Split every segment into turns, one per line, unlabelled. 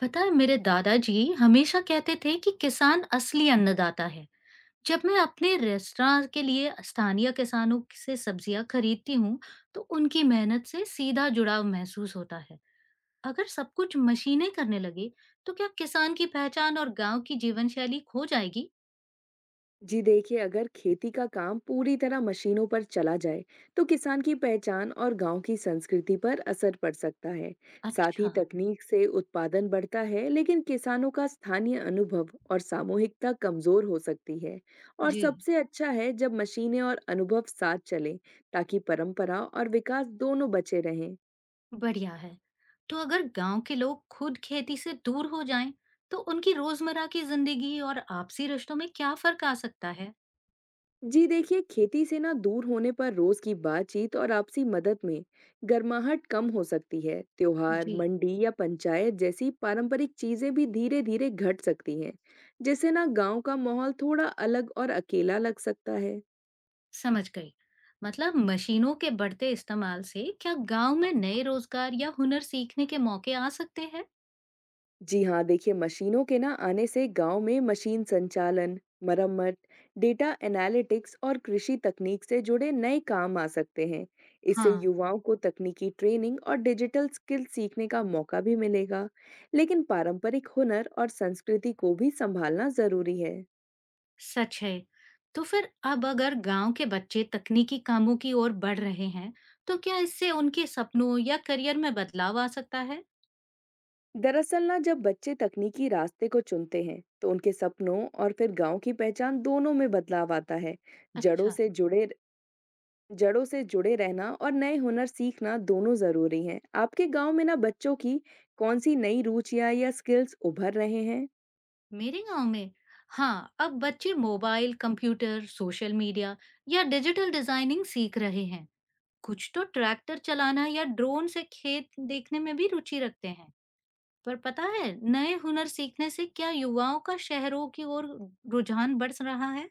पता है मेरे दादाजी हमेशा कहते थे कि किसान असली अन्नदाता है। जब मैं अपने रेस्टोरेंट के लिए स्थानीय किसानों से सब्जियां खरीदती हूँ तो उनकी मेहनत से सीधा जुड़ाव महसूस होता है। अगर सब कुछ मशीनें करने लगे तो क्या किसान की पहचान और गांव की जीवन शैली खो जाएगी?
जी देखिए, अगर खेती का काम पूरी तरह मशीनों पर चला जाए, तो किसान की पहचान और गांव की संस्कृति पर असर पड़ सकता है। साथ ही
अच्छा।
तकनीक से उत्पादन बढ़ता है, लेकिन किसानों का स्थानीय अनुभव और सामूहिकता कमजोर हो सकती है। और
जी।
सबसे अच्छा है जब मशीनें और अनुभव साथ चलें, ताकि परंपरा और विकास दोनों बचे रहें।
बढ़िया है। तो अगर गांव के लोग खुद खेती से दूर हो जाएं तो उनकी रोजमर्रा की जिंदगी और आपसी रिश्तों में क्या फर्क आ सकता है?
जी देखिए, खेती से ना दूर होने पर रोज की बातचीत और आपसी मदद में गर्माहट कम हो सकती है। त्योहार,
जी।
मंडी या पंचायत जैसी पारंपरिक चीजें भी धीरे धीरे घट सकती हैं। जिससे ना गांव का माहौल थोड़ा अलग और अकेला लग सकता है।
समझ गई। मतलब मशीनों के बढ़ते इस्तेमाल से क्या गांव में नए रोजगार या हुनर सीखने के मौके आ सकते हैं?
जी हाँ देखिए, मशीनों के ना आने से गांव में मशीन संचालन, मरम्मत, डेटा एनालिटिक्स और कृषि तकनीक से जुड़े नए काम आ सकते हैं। इससे
हाँ।
युवाओं को तकनीकी ट्रेनिंग और डिजिटल स्किल सीखने का मौका भी मिलेगा। लेकिन पारंपरिक हुनर और संस्कृति को भी संभालना जरूरी है।
सच है। तो फिर अब अगर गांव के बच्चे तकनीकी कामों की ओर बढ़ रहे हैं, तो क्या इससे उनके सपनों या करियर में बदलाव आ सकता है?
दरअसल ना, जब बच्चे तकनीकी रास्ते को चुनते हैं तो उनके सपनों और फिर गांव की पहचान दोनों में बदलाव आता है। जड़ों
अच्छा।
से जुड़े जड़ों से जुड़े रहना और नए हुनर सीखना दोनों जरूरी हैं। आपके गांव में ना बच्चों की कौन सी नई रुचियां या स्किल्स उभर रहे हैं?
मेरे गांव में हाँ, अब बच्चे मोबाइल, कंप्यूटर, सोशल मीडिया या डिजिटल डिजाइनिंग सीख रहे हैं। कुछ तो ट्रैक्टर चलाना या ड्रोन से खेत देखने में भी रुचि रखते हैं। पर पता है नए हुनर सीखने से क्या युवाओं का शहरों की ओर रुझान बढ़ रहा है?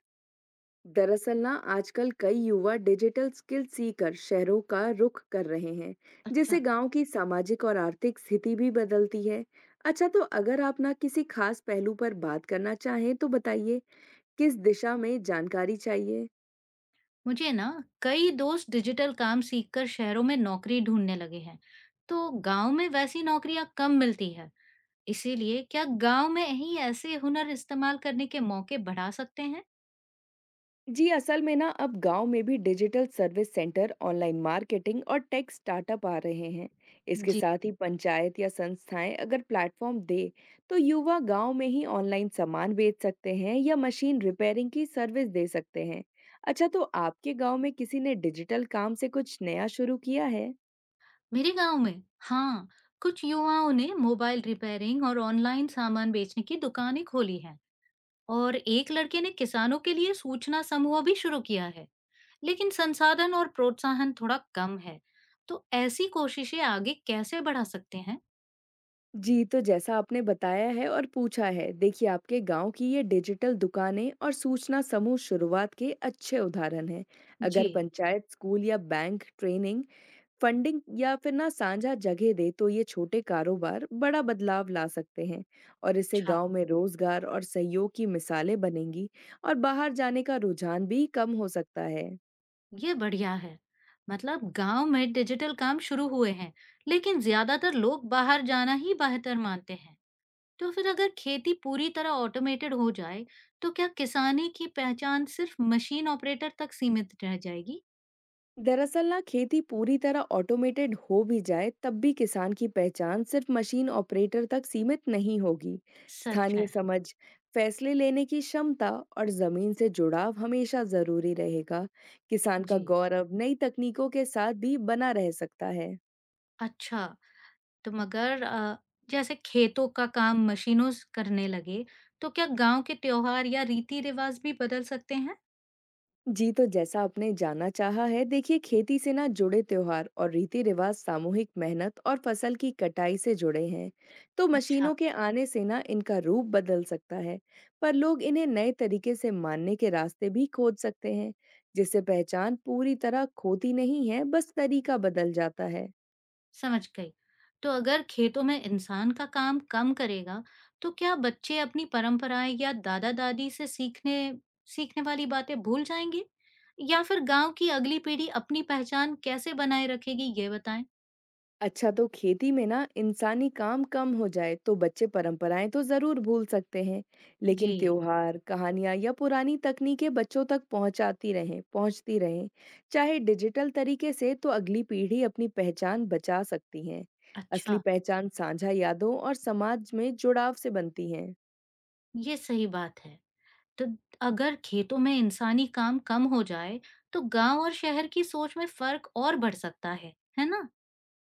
दरअसल ना, आजकल कई युवा डिजिटल स्किल सीखकर शहरों का रुख कर रहे हैं, जिससे
अच्छा।
गांव की सामाजिक और आर्थिक स्थिति भी बदलती है। अच्छा, तो अगर आप ना किसी खास पहलू पर बात करना चाहें तो बताइए, किस दिशा में जानकारी चाहिए?
मुझे ना कई दोस्त डिजिटल काम सीखकर शहरों में नौकरी ढूंढने लगे हैं। तो गांव में वैसी नौकरियां कम मिलती है, इसीलिए क्या गांव में ही ऐसे हुनर इस्तेमाल करने के मौके बढ़ा सकते हैं?
जी असल में ना, अब गांव में भी digital service centre, online marketing और टेक स्टार्टअप आ रहे हैं। इसके
जी।
साथ ही पंचायत या संस्थाएं अगर प्लेटफॉर्म दे तो युवा गांव में ही ऑनलाइन सामान बेच सकते हैं या मशीन रिपेयरिंग की सर्विस दे सकते हैं। अच्छा, तो आपके गांव में किसी ने डिजिटल काम से कुछ नया शुरू किया है?
मेरे गांव में हाँ, कुछ युवाओं ने मोबाइल रिपेयरिंग और ऑनलाइन सामान बेचने की दुकानें खोली हैं। और एक लड़के ने किसानों के लिए सूचना समूह भी शुरू किया है। लेकिन संसाधन और प्रोत्साहन थोड़ा कम है, तो ऐसी कोशिशें आगे कैसे बढ़ा सकते हैं?
जी, तो जैसा आपने बताया है और पूछा है, देखिए आपके गांव की ये डिजिटल दुकानें और सूचना समूह शुरुआत के अच्छे उदाहरण हैं।
जी।
अगर पंचायत, स्कूल या बैंक ट्रेनिंग, फंडिंग या फिर ना साझा जगह दे तो ये छोटे कारोबार बड़ा बदलाव ला सकते हैं। और इससे
अच्छा।
गांव में रोजगार और सहयोग की मिसालें बनेंगी और बाहर जाने का रुझान भी कम हो सकता है।
ये बढ़िया है। मतलब गांव में डिजिटल काम शुरू हुए हैं लेकिन ज्यादातर लोग बाहर जाना ही बेहतर मानते हैं। तो फिर अगर खेती पूरी तरह ऑटोमेटेड हो जाए तो क्या किसानी की पहचान सिर्फ मशीन ऑपरेटर तक सीमित रह जाएगी?
दरअसल ना, खेती पूरी तरह ऑटोमेटेड हो भी जाए तब भी किसान की पहचान सिर्फ मशीन ऑपरेटर तक सीमित नहीं होगी।
सच
स्थानीय
है।
समझ, फैसले लेने की क्षमता और जमीन से जुड़ाव हमेशा जरूरी रहेगा। किसान का
जी।
गौरव नई तकनीकों के साथ भी बना रह सकता है।
अच्छा। तो मगर जैसे खेतों का काम मशीनों से करने लगे, तो क्या गाँव के त्योहार या रीति-रिवाज भी बदल सकते हैं?
जी, तो जैसा आपने जाना चाहा है, देखिए खेती से ना जुड़े त्योहार और रीति रिवाज सामूहिक मेहनत और फसल की कटाई से जुड़े हैं, तो
अच्छा।
मशीनों के आने से ना इनका रूप बदल सकता है। पर लोग इन्हें नए तरीके से मानने के रास्ते भी खोज सकते हैं, जिससे पहचान पूरी तरह खोती नहीं है, बस तरीका बदल जाता है।
समझ गई। तो अगर खेतों में इंसान का काम कम करेगा, तो क्या बच्चे अपनी परंपराएं या दादा-दादी से सीखने सीखने वाली बातें भूल जाएंगे? या फिर गाँव की अगली पीढ़ी अपनी पहचान कैसे बनाए रखेगी, ये बताएं?
अच्छा, तो खेती में ना इंसानी काम कम हो जाए तो बच्चे परंपराएं तो जरूर भूल सकते हैं। लेकिन
जी।
त्योहार, कहानियां या पुरानी तकनीकें बच्चों तक पहुंचाती रहें पहुंचती रहें चाहे डिजिटल तरीके से, तो अगली पीढ़ी अपनी पहचान बचा सकती है।
अच्छा।
असली पहचान साझा यादों और समाज में जुड़ाव से बनती है।
ये सही बात है। तो अगर खेतों में इंसानी काम कम हो जाए तो गांव और शहर की सोच में फर्क और बढ़ सकता है ना?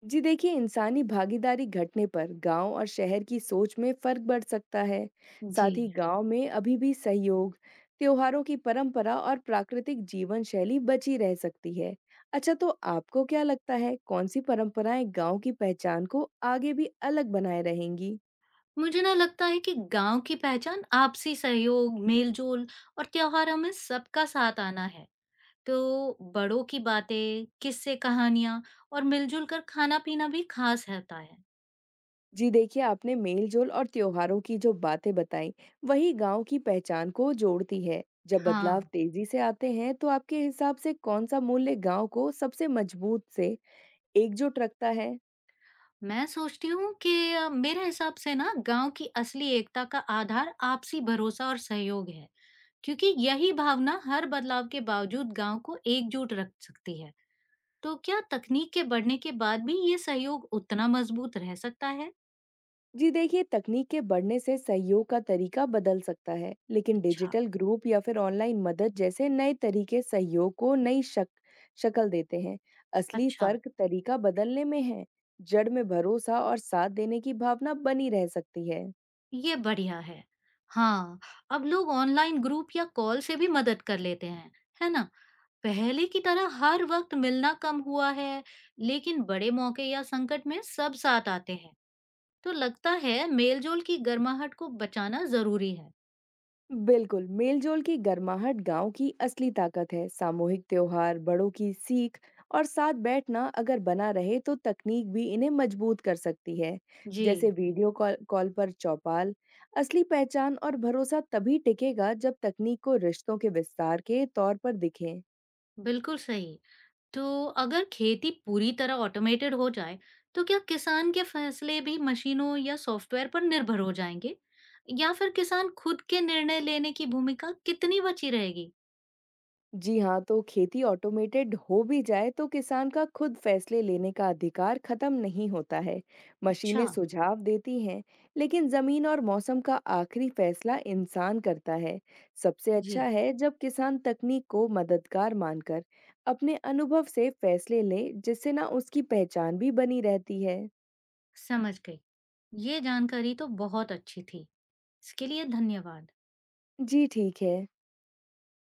जी देखिए, इंसानी भागीदारी घटने पर गांव और शहर की सोच में फर्क बढ़ सकता है।
जी।
साथ ही गांव में अभी भी सहयोग, त्योहारों की परंपरा और प्राकृतिक जीवन शैली बची रह सकती है। अच्छा, तो आपको क्या लगता है, कौन सी परंपराएं गांव की पहचान को आगे भी अलग बनाए रहेंगी?
मुझे ना लगता है कि गांव की पहचान आपसी सहयोग, मेलजोल और त्योहारों में सबका साथ आना है। तो बड़ों की बातें, किस्से, कहानियां और मिलजुल कर खाना पीना भी खास रहता है।
जी देखिए, आपने मेलजोल और त्योहारों की जो बातें बताई, वही गांव की पहचान को जोड़ती है। जब
हाँ।
बदलाव तेजी से आते हैं तो आपके हिसाब से कौन सा मूल्य गांव को सबसे मजबूत से एकजुट रखता है।
मैं सोचती हूँ कि मेरे हिसाब से ना गांव की असली एकता का आधार आपसी भरोसा और सहयोग है, क्योंकि यही भावना हर बदलाव के बावजूद गांव को एकजुट रख सकती है। तो क्या तकनीक के बढ़ने के बाद भी ये सहयोग उतना मजबूत रह सकता है?
जी देखिए, तकनीक के बढ़ने से सहयोग का तरीका बदल सकता है, लेकिन
अच्छा।
डिजिटल ग्रुप या फिर ऑनलाइन मदद जैसे नए तरीके सहयोग को नई शक शक्ल देते हैं। असली
अच्छा।
फर्क तरीका बदलने में है। जड़ में भरोसा और साथ देने की भावना बनी रह सकती है।
ये बढ़िया है। हाँ, अब लोग ऑनलाइन ग्रुप या कॉल से भी मदद कर लेते हैं, है ना? पहले की तरह हर वक्त मिलना कम हुआ है, लेकिन बड़े मौके या संकट में सब साथ आते हैं। तो लगता है मेलजोल की गर्माहट को बचाना जरूरी है।
बिल्कुल, मेल-जोल की गर्माहट गाँव की असली ताकत है। सामूहिक त्योहार, बड़ों की सीख और साथ बैठना अगर बना रहे तो तकनीक भी इन्हें मजबूत कर सकती है। जैसे
जी।
वीडियो कॉल कॉल पर चौपाल, असली पहचान और भरोसा तभी टिकेगा जब तकनीक को रिश्तों के विस्तार के तौर पर दिखे।
बिल्कुल सही। तो अगर खेती पूरी तरह ऑटोमेटेड हो जाए, तो क्या किसान के फैसले भी मशीनों या सॉफ्टवेयर पर निर्भर हो जाएंगे? या फिर किसान खुद के निर्णय लेने की भूमिका कितनी बची रहेगी?
जी हाँ, तो खेती ऑटोमेटेड हो भी जाए तो किसान का खुद फैसले लेने का अधिकार खत्म नहीं होता है।
अच्छा।
मशीनें सुझाव देती हैं, लेकिन जमीन और मौसम का आखिरी फैसला इंसान करता है। सबसे अच्छा
जी।
है जब किसान तकनीक को मददगार मानकर अपने अनुभव से फैसले ले, जिससे ना उसकी पहचान भी बनी रहती है।
समझ गई। ये जानकारी तो बहुत अच्छी थी। इसके लिए धन्यवाद।
जी ठीक है।